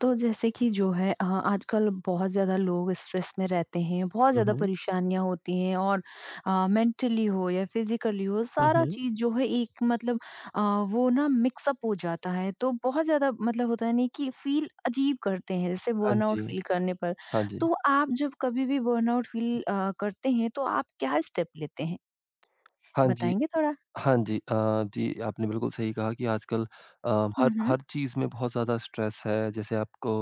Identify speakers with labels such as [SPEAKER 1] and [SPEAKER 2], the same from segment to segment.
[SPEAKER 1] तो जैसे कि जो है आजकल बहुत ज़्यादा लोग स्ट्रेस में रहते हैं, बहुत
[SPEAKER 2] हुँ,
[SPEAKER 1] ज़्यादा
[SPEAKER 2] हुँ।
[SPEAKER 1] परेशानियाँ होती हैं और मेंटली हो या फिज़िकली हो,
[SPEAKER 2] हुँ,
[SPEAKER 1] सारा
[SPEAKER 2] हुँ।
[SPEAKER 1] चीज़ जो है एक मतलब अ, वो ना मिक्स अप हो जाता है। तो बहुत ज़्यादा मतलब होता है नहीं कि फ़ील अजीब करते हैं, जैसे
[SPEAKER 2] हाँ
[SPEAKER 1] बर्नआउट
[SPEAKER 2] जी।
[SPEAKER 1] फ़ील करने पर।
[SPEAKER 2] हाँ जी।
[SPEAKER 1] तो आप जब कभी भी बर्नआउट फ़ील करते हैं, तो आप क्या स्टेप लेते हैं?
[SPEAKER 2] हाँ जी।
[SPEAKER 1] बताएँगे थोड़ा?
[SPEAKER 2] हाँ जी। जी, आपने बिल्कुल सही कहा कि आजकल अ, हर
[SPEAKER 1] हुँ, हुँ।
[SPEAKER 2] हर चीज़ में बहुत ज़्यादा स्ट्रेस है। जैसे आपको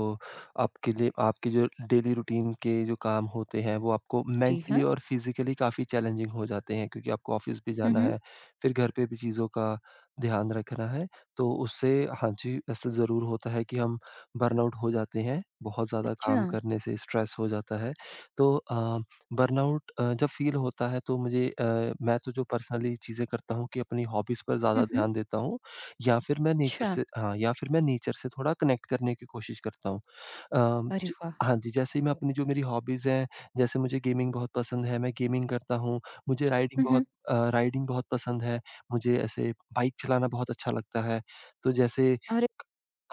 [SPEAKER 2] आपके लिए आपके जो डेली रूटीन के जो काम होते हैं, वो आपको
[SPEAKER 1] जी हाँ।
[SPEAKER 2] मेंटली और फिज़िकली काफ़ी चैलेंजिंग हो जाते हैं, क्योंकि आपको ऑफ़िस भी
[SPEAKER 1] हुँ,
[SPEAKER 2] जाना
[SPEAKER 1] हुँ।
[SPEAKER 2] है, फिर घर पे भी चीज़ों का ध्यान रखना है। तो उससे हाँ जी, ऐसा ज़रूर होता है कि हम बर्नआउट हो जाते हैं। बहुत ज़्यादा
[SPEAKER 1] अच्छा।
[SPEAKER 2] काम करने से स्ट्रेस हो जाता है। तो बर्नआउट जब फ़ील होता है, तो मैं तो जो पर्सनली चीज़ें करता हूँ कि अपनी हॉबीज़ पर
[SPEAKER 1] हुँ,
[SPEAKER 2] ज़्यादा
[SPEAKER 1] हुँ।
[SPEAKER 2] ध्यान देता हूँ, या फिर मैं नेचर
[SPEAKER 1] अच्छा।
[SPEAKER 2] से हाँ, या फिर मैं नेचर से थोड़ा कनेक्ट करने की कोशिश करता हूँ। अ,
[SPEAKER 1] अरे
[SPEAKER 2] ज
[SPEAKER 1] वाह!
[SPEAKER 2] हाँ जी, जैसे ही मैं अपनी जो मेरी हॉबीज़ हैं, जैसे मुझे गेमिंग बहुत पसंद है, मैं गेमिंग करता हूँ। मुझे राइडिंग
[SPEAKER 1] हुँ, हुँ।
[SPEAKER 2] बहुत पसंद है। मुझे ऐसे बाइक चलाना बहुत अच्छा लगता है। तो जैसे
[SPEAKER 1] अरे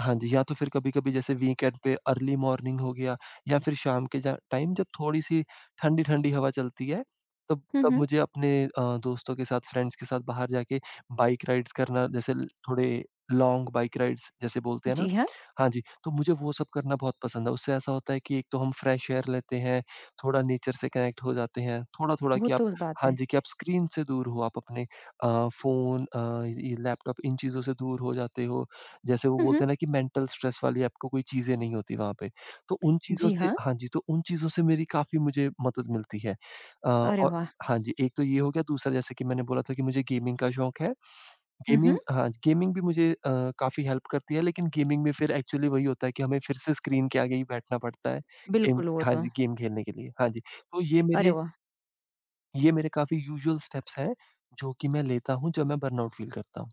[SPEAKER 2] हाँ जी, या तो फिर कभी-कभी जैसे वीकेंड पे अर्ली मॉर्निंग हो गया, या फिर शाम के जा टाइम, जब थोड़ी-सी ठंडी-ठंडी हवा चलती है, तब
[SPEAKER 1] हुँ,
[SPEAKER 2] तब
[SPEAKER 1] हुँ।
[SPEAKER 2] मुझे अपने दोस्तों के साथ, फ्रेंड्स के साथ बाहर जाके बाइक राइड्स करना, जैसे ल थोड़े लॉन्ग बाइक राइड्स जैसे बोलते हैं ना,
[SPEAKER 1] जी हाँ।
[SPEAKER 2] हाँ जी, तो मुझे वो सब करना बहुत पसंद है। उससे ऐसा होता है कि एक तो हम फ्रेश एयर लेते हैं, थोड़ा नेचर से कनेक्ट हो जाते हैं, थोड़ा-थोड़ा
[SPEAKER 1] वो
[SPEAKER 2] कि आप
[SPEAKER 1] तो बात
[SPEAKER 2] हाँ
[SPEAKER 1] है।
[SPEAKER 2] जी, कि आप स्क्रीन से दूर हो, आप अपने फ़ोन, ये लैपटॉप, इन चीज़ों से दूर हो जाते हो। जैसे वो
[SPEAKER 1] हुँ, हुँ।
[SPEAKER 2] बोलते हैं ना कि मेंटल स्ट्रेस वाली आपको कोई चीज़ें नहीं होती वहाँ पे। तो उन चीज़ों
[SPEAKER 1] जी
[SPEAKER 2] से
[SPEAKER 1] हाँ।
[SPEAKER 2] हाँ जी, तो उन चीज़ों से मेरी काफ़ी मुझे मदद मिलती है। अ,
[SPEAKER 1] अरे
[SPEAKER 2] और
[SPEAKER 1] वाह!
[SPEAKER 2] हाँ जी, एक तो ये हो गया। दूसरा, जैसे कि मैंने बोला था कि मुझे गेमिंग का शौक है।
[SPEAKER 1] हुँ, हुँ।
[SPEAKER 2] गेमिंग भी मुझे काफ़ी हेल्प करती है, लेकिन गेमिंग में फिर एक्चुअली वही होता है कि हमें फिर से स्क्रीन के आगे ही बैठना पड़ता है, गेम
[SPEAKER 1] बिल्कुल, वो
[SPEAKER 2] हाँ
[SPEAKER 1] तो
[SPEAKER 2] जी, गेम खेलने के लिए। हाँ जी, तो
[SPEAKER 1] अरे वाह!
[SPEAKER 2] ये मेरे काफ़ी यूजुअल स्टेप्स हैं, जो कि मैं लेता हूँ जब मैं बर्नआउट फील करता हूँ।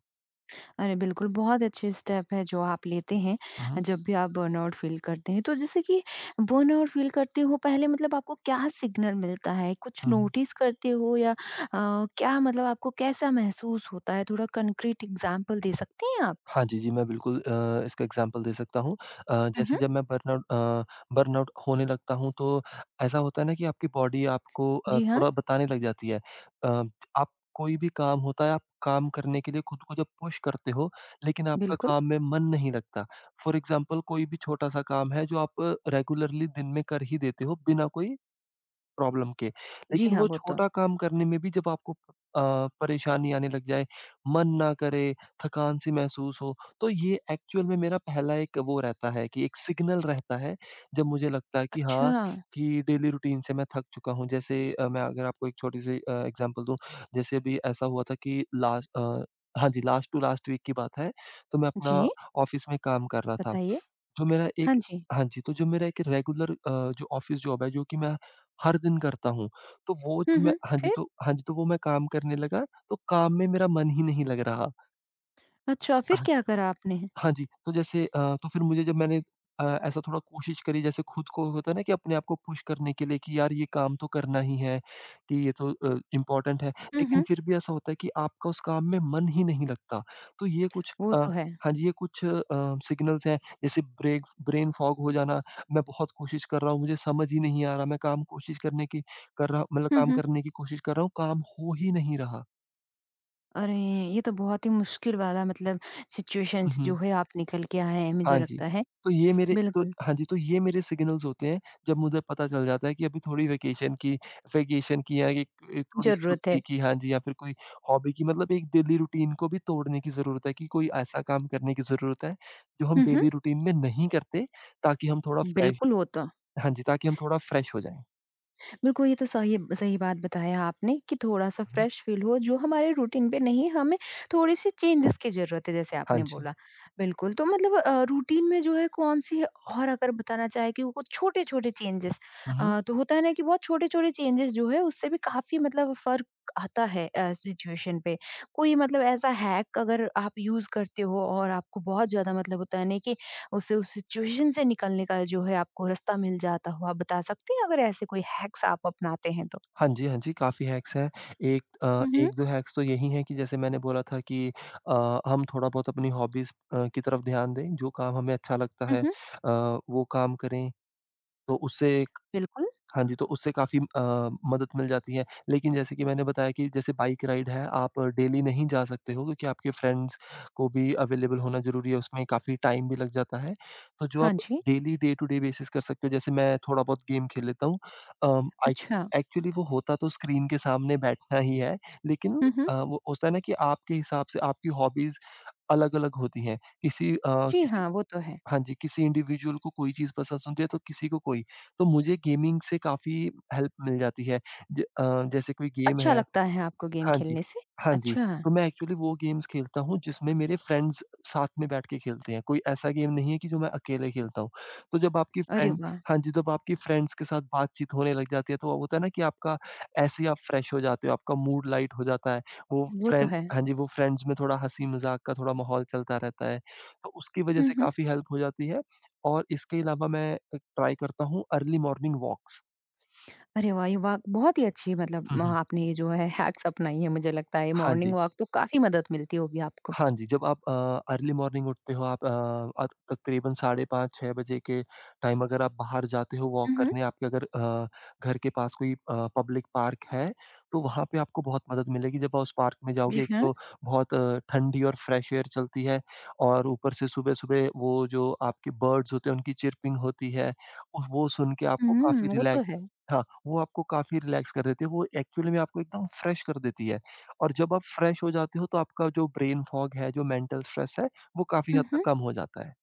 [SPEAKER 1] अरे बिल्कुल, बहुत अच्छे स्टेप है जो आप लेते हैं,
[SPEAKER 2] हुँ, हुँ।
[SPEAKER 1] जब भी आप बर्नआउट फ़ील करते हैं। तो जैसे कि बर्नआउट फ़ील करते हो पहले मतलब आपको क्या सिग्नल मिलता है? कुछ
[SPEAKER 2] हुँ, हुँ।
[SPEAKER 1] नोटिस करते हो या क्या मतलब आपको कैसा महसूस होता है? थोड़ा कंक्रीट एग्ज़ाम्पल दे सकती हैं आप?
[SPEAKER 2] हाँ जी। जी, मैं बिल्कुल इसका एग्ज़ाम्पल दे सकता हूँ।
[SPEAKER 1] हुँ, हुँ।
[SPEAKER 2] जैसे जब मैं बर्नआउट होने लगता हूँ, तो ऐसा होता है ना कि आपकी बॉडी आपको
[SPEAKER 1] जी हाँ,
[SPEAKER 2] थोड़ा बताने लग जाती है। अ, आप कोई भी काम होता है, आप काम करने के लिए खुद को जब पुश करते हो, लेकिन आपका
[SPEAKER 1] बिल्कुल।
[SPEAKER 2] काम में मन नहीं लगता। फॉर एग्ज़ाम्पल कोई भी छोटा-सा काम है, जो आप रेगुलरली दिन में कर ही देते हो बिना कोई प्रॉब्लम के।
[SPEAKER 1] जी
[SPEAKER 2] लेकिन
[SPEAKER 1] हाँ,
[SPEAKER 2] वो
[SPEAKER 1] वो तो।
[SPEAKER 2] छोटा काम करने में भी जब आपको परेशानी आने लग जाए, मन ना करे, थकान सी महसूस हो, तो ये एक्चुअल में मेरा पहला एक सिग्नल रहता है, जब मुझे लगता है कि हाँ,
[SPEAKER 1] अच्छा,
[SPEAKER 2] कि डेली रूटीन से मैं थक चुका हूँ। जैसे, मैं अगर आपको एक छोटी-सी एग्ज़ाम्पल दूँ, जैसे अभी ऐसा हुआ था कि हाँ जी, लास्ट टू लास्ट वीक की बात है, तो मैं अपना
[SPEAKER 1] जी
[SPEAKER 2] ऑफ़िस में काम कर रहा था।
[SPEAKER 1] बताइए?
[SPEAKER 2] जो मेरा
[SPEAKER 1] हाँ
[SPEAKER 2] एक
[SPEAKER 1] जी।
[SPEAKER 2] हाँ जी, तो जो मेरा एक रेगुलर, जो ऑफ़िस जॉब है, जो कि मैं हर दिन करता हूँ, तो वो
[SPEAKER 1] हुँ,
[SPEAKER 2] जब मैं
[SPEAKER 1] हुँ।
[SPEAKER 2] हाँ जी,
[SPEAKER 1] फिर?
[SPEAKER 2] तो वो मैं काम करने लगा, तो काम में मेरा मन ही नहीं लग रहा।
[SPEAKER 1] अच्छा, फिर क्या करा आपने?
[SPEAKER 2] हाँ जी, तो फिर मुझे जब मैंने अ, ऐसा थोड़ा कोशिश करी, जैसे खुद को होता है ना कि अपने आप को पुश करने के लिए कि यार, ये काम तो करना ही है, कि ये तो इम्पोर्टेंट है।
[SPEAKER 1] हुँ,
[SPEAKER 2] लेकिन
[SPEAKER 1] हुँ।
[SPEAKER 2] फिर भी ऐसा होता है कि आपका उस काम में मन ही नहीं लगता। तो ये कुछ
[SPEAKER 1] वो
[SPEAKER 2] अ,
[SPEAKER 1] तो है।
[SPEAKER 2] हाँ जी, ये कुछ सिग्नल्स हैं, जैसे ब्रेक ब्रेन फॉग हो जाना, मैं बहुत कोशिश कर रहा हूँ, मुझे समझ ही नहीं आ रहा, मैं काम कोशिश करने की कर रहा मतलब
[SPEAKER 1] हुँ,
[SPEAKER 2] काम
[SPEAKER 1] हुँ।
[SPEAKER 2] करने की कोशिश कर रहा हूँ, काम हो ही नहीं रहा।
[SPEAKER 1] अरे! ये तो बहुत ही मुश्किल वाला मतलब सिचुएशन
[SPEAKER 2] हुँ,
[SPEAKER 1] से जो
[SPEAKER 2] हुँ।
[SPEAKER 1] है आप निकल के आए हैं मुझे
[SPEAKER 2] हाँ जी।
[SPEAKER 1] लगता है।
[SPEAKER 2] तो ये मेरे तो
[SPEAKER 1] बिल्कुल,
[SPEAKER 2] हाँ जी, तो ये मेरे सिग्नल्स होते हैं, जब मुझे पता चल जाता है कि अभी थोड़ी वेकेशन की, या एक एक थोड़ी
[SPEAKER 1] ज़रूरत
[SPEAKER 2] छुट्टी
[SPEAKER 1] है।
[SPEAKER 2] की, हाँ जी, या फिर कोई हॉबी की, मतलब एक डेली रूटीन को भी तोड़ने की ज़रूरत है, कि कोई ऐसा काम करने की ज़रूरत है, जो हम
[SPEAKER 1] हुँ, हुँ।
[SPEAKER 2] डेली रूटीन में नहीं करते, ताकि हम थोड़ा फ्रेश
[SPEAKER 1] बिल्कुल वो तो।
[SPEAKER 2] हाँ जी, ताकि हम थोड़ा फ्रेश हो जाएँ।
[SPEAKER 1] बिल्कुल, ये तो सही सही बात बताया आपने कि थोड़ा-सा
[SPEAKER 2] हुँ।
[SPEAKER 1] फ्रेश फील हो जो हमारे रूटीन पे नहीं हमें थोड़ी-सी चेंजेस की ज़रूरत है जैसे
[SPEAKER 2] हाँ
[SPEAKER 1] आपने
[SPEAKER 2] जी।
[SPEAKER 1] बोला। बिल्कुल, तो मतलब रूटीन में जो है कौन-सी और अगर बताना चाहे कि वो छोटे-छोटे चेंजेस तो होता है ना कि बहुत छोटे-छोटे चेंजेस जो है उससे भी काफ़ी मतलब फ़र्क आता है सिचुएशन पे। कोई मतलब ऐसा हैक अगर आप यूज़ करते हो और आपको बहुत ज़्यादा मतलब होता है ना कि उसे उस सिचुएशन से निकलने का जो है आपको रास्ता मिल जाता हो। आप बता सकते हैं अगर ऐसे कोई हैक्स आप अपनाते हैं तो?
[SPEAKER 2] हाँ जी, हाँ जी, काफ़ी हैक्स हैं। एक
[SPEAKER 1] उहुँ,
[SPEAKER 2] 1-2 हैक्स तो यही हैं कि, जैसे मैंने बोला था कि हम थोड़ा-बहुत अपनी हॉबीज़ की तरफ ध्यान दें, जो काम हमें अच्छा लगता है,
[SPEAKER 1] उहुँ।
[SPEAKER 2] वो काम करें, तो उससे
[SPEAKER 1] बिल्कुल।
[SPEAKER 2] हाँ जी, तो उससे काफ़ी मदद मिल जाती है। लेकिन जैसे कि मैंने बताया कि जैसे बाइक राइड है, आप डेली नहीं जा सकते हो, क्योंकि आपके फ्रेंड्स को भी अवेलेबल होना ज़रूरी है, उसमें काफ़ी टाइम भी लग जाता है। तो जो
[SPEAKER 1] हाँ
[SPEAKER 2] आप
[SPEAKER 1] जी।
[SPEAKER 2] Daily day to day basis कर सकते हो, जैसे मैं थोड़ा बहुत गेम खेल लेता हूँ। अम, आई
[SPEAKER 1] अच्छा।
[SPEAKER 2] एक्चुअली वो होता तो स्क्रीन के सामने बैठना ही है, लेकिन
[SPEAKER 1] हुँ, हुँ।
[SPEAKER 2] वो होता है ना कि आपके हिसाब से आपकी हॉबीज़ अलग-अलग होती हैं। किसी अ,
[SPEAKER 1] जी
[SPEAKER 2] किसी
[SPEAKER 1] हाँ, वो तो है।
[SPEAKER 2] हाँ जी, किसी इंडिविजुअल को कोई चीज़ पसंद होती है, तो किसी को कोई। तो मुझे गेमिंग से काफ़ी हेल्प मिल जाती है। जैसे कोई गेम
[SPEAKER 1] अच्छा
[SPEAKER 2] है।
[SPEAKER 1] लगता है आपको गेम
[SPEAKER 2] हाँ जी,
[SPEAKER 1] खेलने से?
[SPEAKER 2] हाँ जी।
[SPEAKER 1] अच्छा।
[SPEAKER 2] तो मैं एक्चुअली वो गेम्स खेलता हूँ जिसमें मेरे फ्रेंड्स साथ में बैठ के खेलते हैं, कोई ऐसा गेम नहीं है कि जो मैं अकेले खेलता हूँ। तो जब आपकी
[SPEAKER 1] अरे
[SPEAKER 2] फ्रेंड
[SPEAKER 1] वाह!
[SPEAKER 2] हाँ जी, जब आपकी फ्रेंड्स के साथ बातचीत होने लग जाती है, तो होता है ना कि आपका ऐसे ही आप फ्रेश हो जाते हो, आपका मूड लाइट हो जाता है। वो
[SPEAKER 1] वो तो
[SPEAKER 2] फ्रेंड
[SPEAKER 1] है।
[SPEAKER 2] हाँ जी, वो फ्रेंड्स में थोड़ा हँसी-मज़ाक का थोड़ा माहौल चलता रहता है, तो उसकी वज़ह
[SPEAKER 1] हुँ,
[SPEAKER 2] से
[SPEAKER 1] हुँ।
[SPEAKER 2] काफ़ी हेल्प हो जाती है। और इसके अलावा मैं ट्राई करता हूँ अर्ली मॉर्निंग वॉक्स।
[SPEAKER 1] अरे वाह! ये वाक बहुत ही अच्छी मतलब
[SPEAKER 2] हुँ,
[SPEAKER 1] म
[SPEAKER 2] हुँ।
[SPEAKER 1] आपने ये जो है हैक्स अपनाई है मुझे लगता है।
[SPEAKER 2] हाँ
[SPEAKER 1] मॉर्निंग
[SPEAKER 2] जी।
[SPEAKER 1] वॉक तो काफ़ी मदद मिलती होगी आपको।
[SPEAKER 2] हाँ जी, जब आप अर्ली मॉर्निंग उठते हो, आप तकरीबन साढ़े 5 6 बजे के टाइम, अगर आप बाहर जाते हो वॉक
[SPEAKER 1] हुँ, हुँ।
[SPEAKER 2] करने, आपके अगर घर के पास कोई पब्लिक पार्क है, तो वहाँ पे आपको बहुत मदद मिलेगी। जब आप उस पार्क में
[SPEAKER 1] जी
[SPEAKER 2] जाओगे, एक
[SPEAKER 1] हाँ।
[SPEAKER 2] तो बहुत ठंडी और फ्रेश एयर चलती है, और ऊपर से सुबह-सुबह वो जो आपके बर्ड्स होते हैं, उनकी चिर्पिंग होती है, उस वो सुन के आपको काफ़ी
[SPEAKER 1] हुँ, वो तो
[SPEAKER 2] रिलैक्स।
[SPEAKER 1] है।
[SPEAKER 2] हाँ, वो आपको काफ़ी रिलैक्स कर देती है। वो एक्चुअली में आपको एकदम फ्रेश कर देती है। और जब आप फ्रेश हो जाते हो, तो आपका जो ब्रेन फॉग है, जो मेंटल स्ट्रेस है, वो काफ़ी
[SPEAKER 1] हुँ,
[SPEAKER 2] हद तक
[SPEAKER 1] हुँ।
[SPEAKER 2] कम हो जाता है।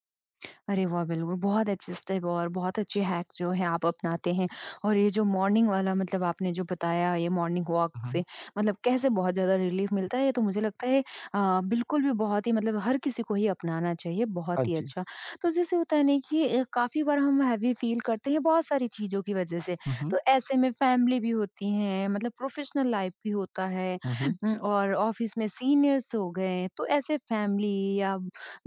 [SPEAKER 1] अरे वाह! बिल्कुल, बहुत अच्छे स्टेप और बहुत अच्छे हैक जो हैं आप अपनाते हैं और ये जो मॉर्निंग वाला मतलब आपने जो बताया ये मॉर्निंग वॉक
[SPEAKER 2] हुँ,
[SPEAKER 1] से
[SPEAKER 2] हुँ।
[SPEAKER 1] मतलब कैसे बहुत ज़्यादा रिलीफ मिलता है, ये तो मुझे लगता है बिल्कुल भी बहुत ही मतलब हर किसी को ही अपनाना चाहिए,
[SPEAKER 2] हाँ
[SPEAKER 1] बहुत ही
[SPEAKER 2] जी।
[SPEAKER 1] अच्छा। तो जैसे होता है ना कि काफ़ी बार हम हैवी फ़ील करते हैं बहुत सारी चीज़ों की वज़ह से,
[SPEAKER 2] हुँ,
[SPEAKER 1] तो
[SPEAKER 2] हुँ।
[SPEAKER 1] ऐसे में फैमिली भी होती है, मतलब प्रोफ़ेशनल लाइफ़ भी होता है
[SPEAKER 2] हुँ, हुँ।
[SPEAKER 1] और ऑफ़िस में सीनियर्स हो गए, तो ऐसे फैमिली या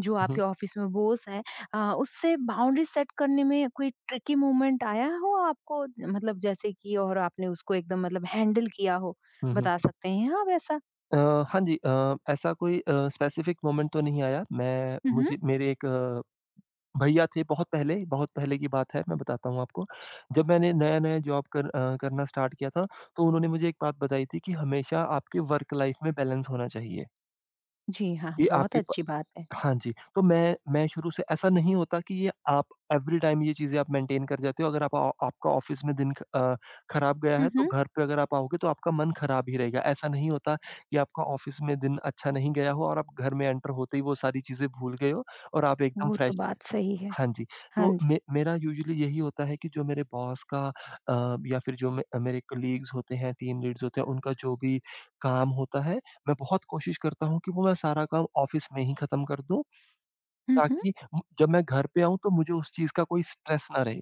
[SPEAKER 1] जो
[SPEAKER 2] हुँ,
[SPEAKER 1] आपके ऑफ़िस में बॉस है, उससे बाउंड्री सेट करने में कोई ट्रिकी मोमेंट आया हो आपको? मतलब जैसे कि और आपने उसको एकदम मतलब हैंडल किया हो,
[SPEAKER 2] हुँ, हुँ।
[SPEAKER 1] बता सकते हैं आप ऐसा?
[SPEAKER 2] अ, हाँ जी, ऐसा कोई स्पेसिफिक मोमेंट तो नहीं आया। मैं
[SPEAKER 1] हुँ, हुँ।
[SPEAKER 2] मुझे मेरे एक भैया थे, बहुत पहले, बहुत पहले की बात है। मैं बताता हूँ आपको। जब मैंने नया-नया जॉब करना स्टार्ट किया था, तो उन्होंने मुझे एक बात बताई थी कि हमेशा आपके वर्क लाइफ में बैलेंस होना चाहिए।
[SPEAKER 1] जी हाँ,
[SPEAKER 2] कि
[SPEAKER 1] बहुत
[SPEAKER 2] आपके प
[SPEAKER 1] अच्छी बात है।
[SPEAKER 2] हाँ जी, तो मैं शुरू से ऐसा नहीं होता कि ये आप एवरी टाइम ये चीज़ें आप मेंटेन कर जाते हो। अगर आपका ऑफ़िस में दिन खराब गया है,
[SPEAKER 1] हुँ,
[SPEAKER 2] तो
[SPEAKER 1] हुँ।
[SPEAKER 2] घर पे अगर आप आओगे, तो आपका मन खराब ही रहेगा। ऐसा नहीं होता कि आपका ऑफ़िस में दिन अच्छा नहीं गया हो और आप घर में एंटर होते ही वो सारी चीज़ें भूल गए हो और आप एकदम
[SPEAKER 1] वो तो
[SPEAKER 2] फ्रेश
[SPEAKER 1] बात सही है।
[SPEAKER 2] हाँ जी,
[SPEAKER 1] हाँ
[SPEAKER 2] तो
[SPEAKER 1] जी।
[SPEAKER 2] मे मेरा यूजुअली यही होता है कि जो मेरे बॉस का, या फिर जो मे मेरे कलीग्स होते हैं, टीम लीड्स होते हैं, उनका जो भी काम होता है, मैं बहुत कोशिश करता हूँ कि वो मैं सारा काम ऑफ़िस में ही ख़त्म कर दूँ,
[SPEAKER 1] हुँ, हुँ।
[SPEAKER 2] ताकि जब मैं घर पे आऊँ, तो मुझे उस चीज़ का कोई स्ट्रेस ना रहे।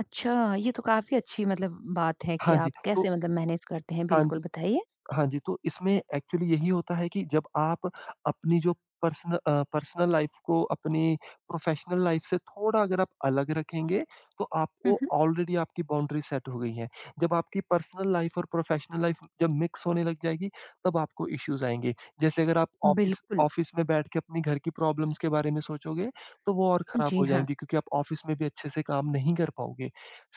[SPEAKER 1] अच्छा, ये तो काफ़ी अच्छी मतलब बात है कि
[SPEAKER 2] हाँ जी,
[SPEAKER 1] आप
[SPEAKER 2] तो
[SPEAKER 1] कैसे मतलब मैनेज करते हैं,
[SPEAKER 2] हाँ
[SPEAKER 1] बिल्कुल बताइए?
[SPEAKER 2] हाँ जी, तो इसमें एक्चुअली यही होता है कि जब आप अपनी जो पर्सनल लाइफ़ को अपनी प्रोफ़ेशनल लाइफ़ से थोड़ा अगर आप अलग रखेंगे, तो
[SPEAKER 1] हुँ,
[SPEAKER 2] आपको
[SPEAKER 1] हुँ।
[SPEAKER 2] ऑलरेडी आपकी बाउंड्री सेट हो गई है। जब आपकी पर्सनल लाइफ़ और प्रोफ़ेशनल लाइफ़ जब मिक्स होने लग जाएगी, तब आपको इश्यूज़ आएँगे। जैसे अगर आप ऑफ़िस
[SPEAKER 1] बिल्कुल।
[SPEAKER 2] ऑफ़िस में बैठ के अपनी घर की प्रॉब्लम्स के बारे में सोचोगे, तो वो और ख़राब
[SPEAKER 1] जी
[SPEAKER 2] हो
[SPEAKER 1] हाँ।
[SPEAKER 2] जाएँगी, क्योंकि आप ऑफ़िस में भी अच्छे से काम नहीं कर पाओगे।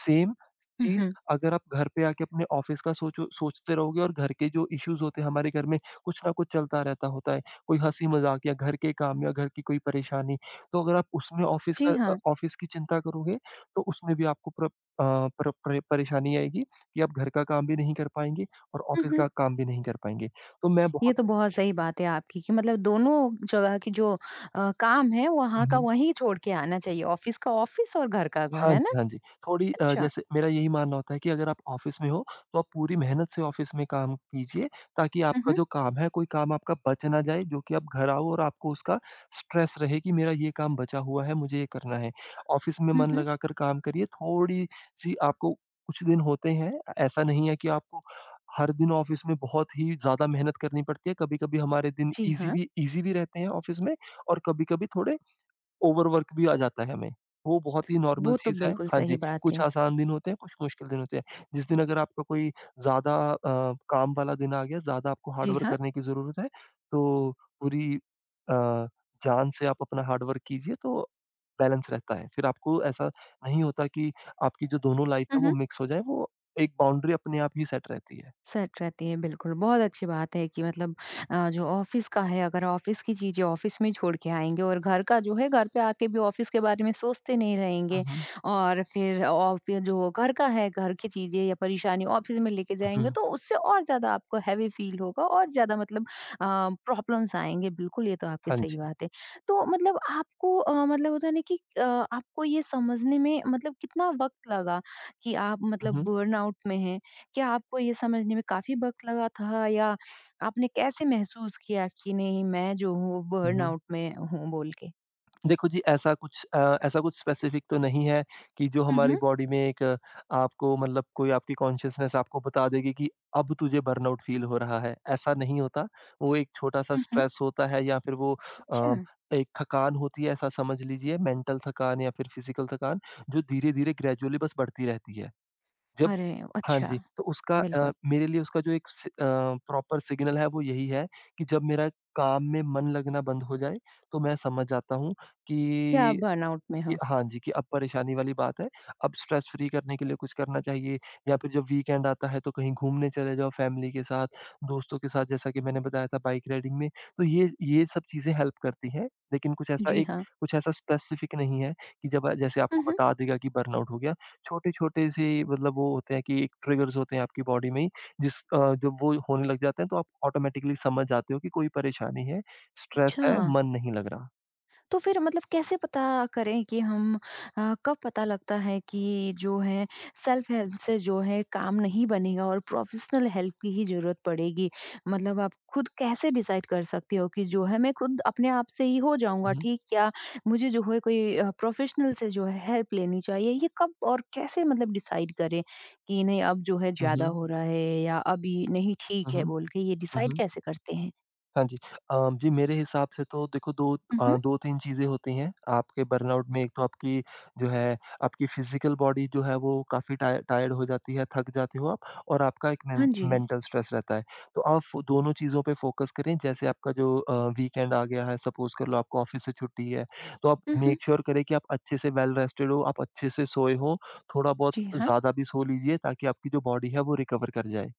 [SPEAKER 2] सेम
[SPEAKER 1] हुँ,
[SPEAKER 2] चीज़,
[SPEAKER 1] हुँ।
[SPEAKER 2] अगर आप घर पे आके अपने ऑफिस का सोचो सोचते रहोगे और घर के जो इश्यूज़ होते हैं हमारे घर में कुछ ना कुछ चलता रहता होता है, कोई हँसी-मज़ाक या घर के काम या घर की कोई परेशानी। तो अगर आप उसमें
[SPEAKER 1] जी हाँ।
[SPEAKER 2] ऑफिस की चिंता करोगे, तो उसमें भी आपको प्र अ, प्र प्रे परेशानी आएगी कि आप घर का काम भी नहीं कर पाएँगे और
[SPEAKER 1] हुँ,
[SPEAKER 2] ऑफिस
[SPEAKER 1] हुँ।
[SPEAKER 2] का काम भी नहीं कर पाएँगे। तो मैं
[SPEAKER 1] ये
[SPEAKER 2] बहुत
[SPEAKER 1] तो बहुत सही बात है आपकी कि मतलब दोनों जगह की जो काम है वहाँ का
[SPEAKER 2] हुँ,
[SPEAKER 1] वहीं छोड़ के आना चाहिए। ऑफ़िस का ऑफ़िस और घर का घर,
[SPEAKER 2] हाँ
[SPEAKER 1] है ना?
[SPEAKER 2] जी, हाँ जी।
[SPEAKER 1] अच्छा।
[SPEAKER 2] जैसे मेरा यही मानना होता है कि अगर आप ऑफ़िस में हो, तो आप पूरी मेहनत से ऑफ़िस में काम कीजिए, ताकि
[SPEAKER 1] हुँ,
[SPEAKER 2] आपका
[SPEAKER 1] हुँ।
[SPEAKER 2] जो काम है, कोई काम आपका बच ना जाए, जो कि आप घर आओ और आपको उसका स्ट्रेस रहे कि मेरा ये काम बचा हुआ है, मुझे ये करना है। ऑफ़िस में
[SPEAKER 1] हुँ,
[SPEAKER 2] मन
[SPEAKER 1] हुँ।
[SPEAKER 2] लगाकर काम करिए। थोड़ी-सी आपको कुछ दिन होते हैं, ऐसा नहीं है कि आपको हर दिन ऑफ़िस में बहुत ही ज़्यादा मेहनत करनी पड़ती है। कभी-कभी हमारे दिन
[SPEAKER 1] जी
[SPEAKER 2] ईज़ी
[SPEAKER 1] हाँ,
[SPEAKER 2] भी ईज़ी भी रहते हैं ऑफ़िस में और कभी-कभी थोड़े ओवरवर्क भी आ जाता है हमें। वो बहुत ही नॉर्मल
[SPEAKER 1] वो तो
[SPEAKER 2] चीज़ है।
[SPEAKER 1] बिल्कुल
[SPEAKER 2] हाँ
[SPEAKER 1] सही
[SPEAKER 2] जी,
[SPEAKER 1] बात
[SPEAKER 2] कुछ
[SPEAKER 1] है।
[SPEAKER 2] आसान दिन होते हैं, कुछ मुश्किल दिन होते हैं। जिस दिन अगर आपका कोई ज़्यादा काम वाला दिन आ गया, ज़्यादा आपको हार्ड
[SPEAKER 1] जी
[SPEAKER 2] वर्क
[SPEAKER 1] हाँ।
[SPEAKER 2] करने की ज़रूरत है, तो पूरी जान से आप अपना हार्ड वर्क कीजिए तो बैलेंस रहता है। फिर आपको ऐसा नहीं होता कि आपकी जो दोनों लाइफ़
[SPEAKER 1] हुँ,
[SPEAKER 2] है वो
[SPEAKER 1] हुँ।
[SPEAKER 2] मिक्स हो जाए, वो एक बाउंड्री अपने आप ही सेट रहती है।
[SPEAKER 1] सेट रहती हैं, बिल्कुल। बहुत अच्छी बात है कि मतलब जो ऑफ़िस का है अगर ऑफ़िस की चीज़ें ऑफ़िस में छोड़ के आएँगे और घर का जो है घर पे आके भी ऑफ़िस के बारे में सोचते नहीं
[SPEAKER 2] हुँ,
[SPEAKER 1] रहेंगे
[SPEAKER 2] हुँ।
[SPEAKER 1] और फिर ऑफ़ि जो घर का है घर की चीज़ें या परेशानी ऑफ़िस में लेके जाएँगे
[SPEAKER 2] हुँ,
[SPEAKER 1] तो उससे और ज़्यादा आपको हैवी फ़ील होगा और ज़्यादा मतलब प्रॉब्लम्स आएँगे बिल्कुल ये तो आपकी
[SPEAKER 2] हाँ
[SPEAKER 1] सही
[SPEAKER 2] जी।
[SPEAKER 1] बात है। तो मतलब आपको मतलब होता है ना कि आपको ये समझने में मतलब कितना वक़्त लगा कि आप
[SPEAKER 2] हुँ,
[SPEAKER 1] मतलब
[SPEAKER 2] हुँ।
[SPEAKER 1] बर्नआउट में हैं? क्या आपको ये समझने में काफ़ी वक़्त लगा था या आपने कैसे महसूस किया कि नहीं मैं जो हूँ
[SPEAKER 2] हुँ, हुँ।
[SPEAKER 1] बर्नआउट में हूँ बोल के?
[SPEAKER 2] देखो जी, ऐसा कुछ स्पेसिफिक तो नहीं है कि जो
[SPEAKER 1] हुँ,
[SPEAKER 2] हमारी
[SPEAKER 1] हुँ।
[SPEAKER 2] बॉडी में एक। आपको मतलब कोई आपकी कॉन्शियसनेस आपको बता देगी कि अब तुझे बर्नआउट फील हो रहा है, ऐसा नहीं होता। वो एक छोटा-सा
[SPEAKER 1] हुँ, हुँ।
[SPEAKER 2] स्ट्रेस होता है या फिर वो
[SPEAKER 1] अच्छा।
[SPEAKER 2] अ, एक थकान होती है, ऐसा समझ लीजिए, मेंटल थकान या फिर फिज़िकल थकान, जो धीरे-धीरे ग्रेजुअली बस बढ़ती रहती है। जब
[SPEAKER 1] अरे!
[SPEAKER 2] हाँ
[SPEAKER 1] अच्छा,
[SPEAKER 2] जी, तो उसका
[SPEAKER 1] बिल्कुल।
[SPEAKER 2] मेरे लिए उसका जो एक प्रॉपर सिग्नल है वो यही है कि जब मेरा काम में मन लगना बंद हो जाए, तो मैं समझ जाता हूँ
[SPEAKER 1] क्या आप
[SPEAKER 2] कि
[SPEAKER 1] बर्नआउट में
[SPEAKER 2] कि
[SPEAKER 1] हो?
[SPEAKER 2] हाँ जी, कि अब परेशानी वाली बात है, अब स्ट्रेस फ्री करने के लिए कुछ करना चाहिए या फिर जब वीकेंड आता है तो कहीं घूमने चले जाओ फैमिली के साथ, दोस्तों के साथ, जैसा कि मैंने बताया था बाइक राइडिंग में, तो ये सब चीज़ें हेल्प करती हैं। लेकिन
[SPEAKER 1] जी हाँ।
[SPEAKER 2] कुछ ऐसा स्पेसिफिक नहीं है कि जब जैसे
[SPEAKER 1] हुँ,
[SPEAKER 2] आपको
[SPEAKER 1] हुँ।
[SPEAKER 2] बता देगा कि बर्नआउट हो गया, छोटे-छोटे से मतलब वो होते हैं कि एक ट्रिगर्स होते हैं आपकी बॉडी में ही, जब वो होने लग जाते हैं तो आप ऑटोमैटिकली समझ जाते हो कि कोई परेशानी है, स्ट्रेस
[SPEAKER 1] अच्छा।
[SPEAKER 2] है, मन नहीं लग रहा।
[SPEAKER 1] तो फिर मतलब कैसे पता करें कि हम कब पता लगता है कि जो है सेल्फ हेल्प से जो है काम नहीं बनेगा और प्रोफेशनल हेल्प की ही जरूरत पड़ेगी मतलब आप खुद कैसे डिसाइड कर सकते हो कि जो है मैं खुद अपने आप से ही हो
[SPEAKER 2] हुँ,
[SPEAKER 1] जाऊंगा
[SPEAKER 2] हुँ।
[SPEAKER 1] ठीक या मुझे जो है कोई प्रोफेशनल से जो है हेल्प लेनी चाहिए ये कब और कैसे मतलब डिसाइड करें कि नहीं अब जो है
[SPEAKER 2] हुँ,
[SPEAKER 1] ज्यादा
[SPEAKER 2] हुँ।
[SPEAKER 1] हो रहा है या अभी नहीं ठीक है बोल के ये
[SPEAKER 2] हुँ,
[SPEAKER 1] डिसाइड
[SPEAKER 2] हुँ।
[SPEAKER 1] कैसे करते हैं
[SPEAKER 2] हाँ जी। जी, मेरे हिसाब से तो देखो
[SPEAKER 1] मम्म,
[SPEAKER 2] 2-3 चीज़ें होती हैं आपके बर्नआउट में। एक तो आपकी जो है आपकी फिज़िकल बॉडी जो है वो काफ़ी टायर्ड हो जाती है, थक जाते हो आप और आपका एक
[SPEAKER 1] हाँ
[SPEAKER 2] मेन
[SPEAKER 1] जी
[SPEAKER 2] मेंटल स्ट्रेस रहता है। तो आप फ़ो दोनों चीज़ों पे फ़ोकस करें। जैसे आपका जो वीकेंड आ गया है, सपोज़ कर लो आपको ऑफ़िस से छुट्टी है, तो आप
[SPEAKER 1] हम्म
[SPEAKER 2] मेक श्योर करें कि आप अच्छे से वेल रेस्टेड हो, आप अच्छे से सोए हो, थोड़ा बहुत
[SPEAKER 1] जी हाँ
[SPEAKER 2] ज़्यादा भी सो लीजिए ताकि आपकी जो बॉडी है वो रिकवर कर जाए।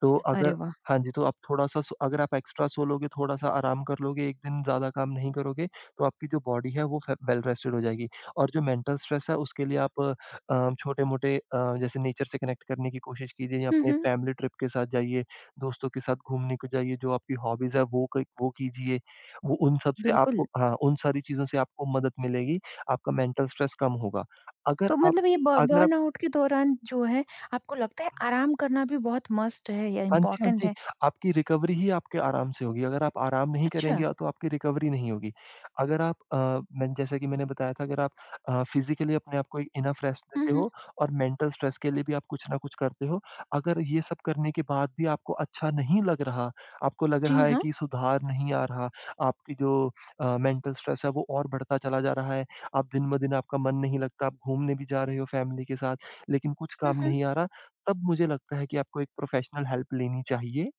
[SPEAKER 2] तो
[SPEAKER 1] अरे
[SPEAKER 2] अगर
[SPEAKER 1] वाह
[SPEAKER 2] हाँ जी, तो आप थोड़ा-सा सो अगर आप एक्स्ट्रा सो लोगे, थोड़ा-सा आराम कर लोगे, एक दिन ज़्यादा काम नहीं करोगे, तो आपकी जो बॉडी है, वो फ वेल रेस्टेड हो जाएगी। और जो मेंटल स्ट्रेस है, उसके लिए आप छोटे-मोटे जैसे नेचर से कनेक्ट करने की कोशिश कीजिए या
[SPEAKER 1] हुँ,
[SPEAKER 2] अपने
[SPEAKER 1] हुँ।
[SPEAKER 2] फैमिली ट्रिप के साथ जाइए, दोस्तों के साथ घूमने को जाइए, जो आपकी हॉबीज़ है, वो कीजिए। वो उन सब से
[SPEAKER 1] बिल्कुल,
[SPEAKER 2] आपको, हाँ, उन सारी चीज़ों से आपको मदद मिलेगी, आपका मेंटल स्ट्रेस कम होगा। अगर
[SPEAKER 1] तो
[SPEAKER 2] आप
[SPEAKER 1] मतलब ये ब
[SPEAKER 2] अगर आप
[SPEAKER 1] बर्नआउट के दौरान जो है आपको लगता है आराम करना भी बहुत मस्ट है या
[SPEAKER 2] हाँ जी, हाँ
[SPEAKER 1] इम्पोर्टेंट
[SPEAKER 2] जी।
[SPEAKER 1] है?
[SPEAKER 2] आपकी रिकवरी ही आपके आराम से होगी। अगर आप आराम नहीं
[SPEAKER 1] अच्छा।
[SPEAKER 2] करेंगे तो आपकी रिकवरी नहीं होगी। अगर आप मैंने, जैसा कि मैंने बताया था, अगर आप फिज़िकली अपने आप को इनफ रेस्ट
[SPEAKER 1] हुँ,
[SPEAKER 2] देते
[SPEAKER 1] हुँ।
[SPEAKER 2] हो और मेंटल स्ट्रेस के लिए भी आप कुछ ना कुछ करते हो। अगर ये सब करने के बाद भी आपको अच्छा नहीं लग रहा, आपको लग
[SPEAKER 1] जी
[SPEAKER 2] रहा है
[SPEAKER 1] हाँ।
[SPEAKER 2] कि सुधार नहीं आ रहा, आपकी जो मेंटल स्ट्रेस है वो और बढ़ता चला जा रहा है, आप दिन-ब-दिन आपका मन नहीं लगता, आप घूमने भी जा रहे हो फैमिली के साथ, लेकिन कुछ
[SPEAKER 1] हुँ,
[SPEAKER 2] काम
[SPEAKER 1] हुँ।
[SPEAKER 2] नहीं आ रहा। तब मुझे लगता है कि आपको एक प्रोफ़ेशनल हेल्प लेनी चाहिए।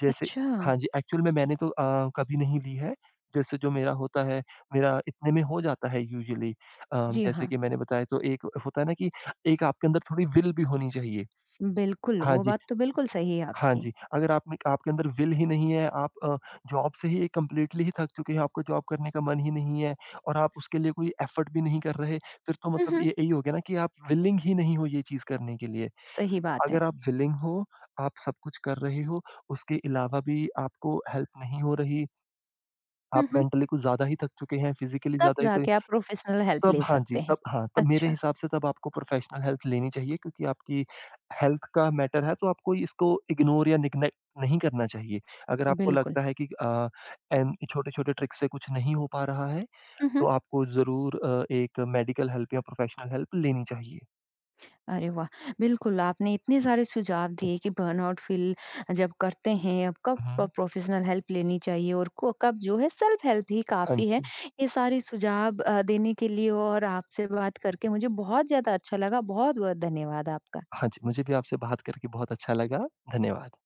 [SPEAKER 2] जैसे
[SPEAKER 1] अच्छा।
[SPEAKER 2] हाँ जी, एक्चुअल में मैंने तो कभी नहीं ली है। जैसे जो मेरा होता है, मेरा इतने में हो जाता है यूजुअली। अ,
[SPEAKER 1] जी
[SPEAKER 2] जैसे
[SPEAKER 1] हाँ,
[SPEAKER 2] कि मैंने बताया, तो एक होता है ना कि एक आपके अंदर थोड़ी विल भी होनी चाहिए।
[SPEAKER 1] बिल्कुल,
[SPEAKER 2] हाँ
[SPEAKER 1] वो
[SPEAKER 2] जी,
[SPEAKER 1] बात तो बिल्कुल सही है
[SPEAKER 2] हाँ
[SPEAKER 1] आपकी।
[SPEAKER 2] जी। अगर आप में आपके अंदर विल ही नहीं है, आप जॉब से ही कंप्लीटली ही थक चुके हैं, आपको जॉब करने का मन ही नहीं है और आप उसके लिए कोई एफ़र्ट भी नहीं कर रहे, फिर तो
[SPEAKER 1] हुँ,
[SPEAKER 2] मतलब
[SPEAKER 1] हुँ।
[SPEAKER 2] ये यही हो गया ना कि आप विलिंग ही नहीं हो ये चीज़ करने के लिए।
[SPEAKER 1] सही बात है।
[SPEAKER 2] अगर आप विलिंग हो, आप सब कुछ कर रहे हो, उसके अलावा भी आपको हेल्प नहीं हो रही, आप
[SPEAKER 1] हुँ, हुँ।
[SPEAKER 2] मेंटली कुछ ज़्यादा ही थक चुके हैं, फिज़िकली
[SPEAKER 1] तब
[SPEAKER 2] ज़्यादा ही, तो
[SPEAKER 1] जाके आप प्रोफेशनल हेल्प
[SPEAKER 2] तब
[SPEAKER 1] ले
[SPEAKER 2] हाँ जी,
[SPEAKER 1] सकते हैं।
[SPEAKER 2] तब हाँ, तब मेरे
[SPEAKER 1] अच्छा,
[SPEAKER 2] हिसाब से तब आपको प्रोफ़ेशनल हेल्प लेनी चाहिए क्योंकि आपकी हेल्थ का मैटर है, तो आपको इसको इग्नोर या निग्नेक्ट नहीं करना चाहिए। अगर आपको
[SPEAKER 1] बिल्कुल।
[SPEAKER 2] लगता है कि एन छोटे-छोटे ट्रिक्स से कुछ नहीं हो पा रहा है,
[SPEAKER 1] हुँ, हुँ।
[SPEAKER 2] तो आपको ज़रूर एक मेडिकल हेल्प या प्रोफ़ेशनल हेल्प लेनी चाहिए।
[SPEAKER 1] अरे वाह! बिल्कुल, आपने इतने सारे सुझाव दिए कि बर्नआउट फ़ील जब करते हैं, अब कब
[SPEAKER 2] हुँ,
[SPEAKER 1] प
[SPEAKER 2] हुँ।
[SPEAKER 1] प्रोफ़ेशनल हेल्प लेनी चाहिए और को कब जो है सेल्फ हेल्प ही
[SPEAKER 2] हाँ
[SPEAKER 1] काफ़ी है।
[SPEAKER 2] जी।
[SPEAKER 1] ये सारे सुझाव देने के लिए और आपसे बात करके मुझे बहुत ज़्यादा अच्छा लगा। बहुत-बहुत धन्यवाद आपका।
[SPEAKER 2] हाँ जी, मुझे भी आपसे बात करके बहुत अच्छा लगा। धन्यवाद।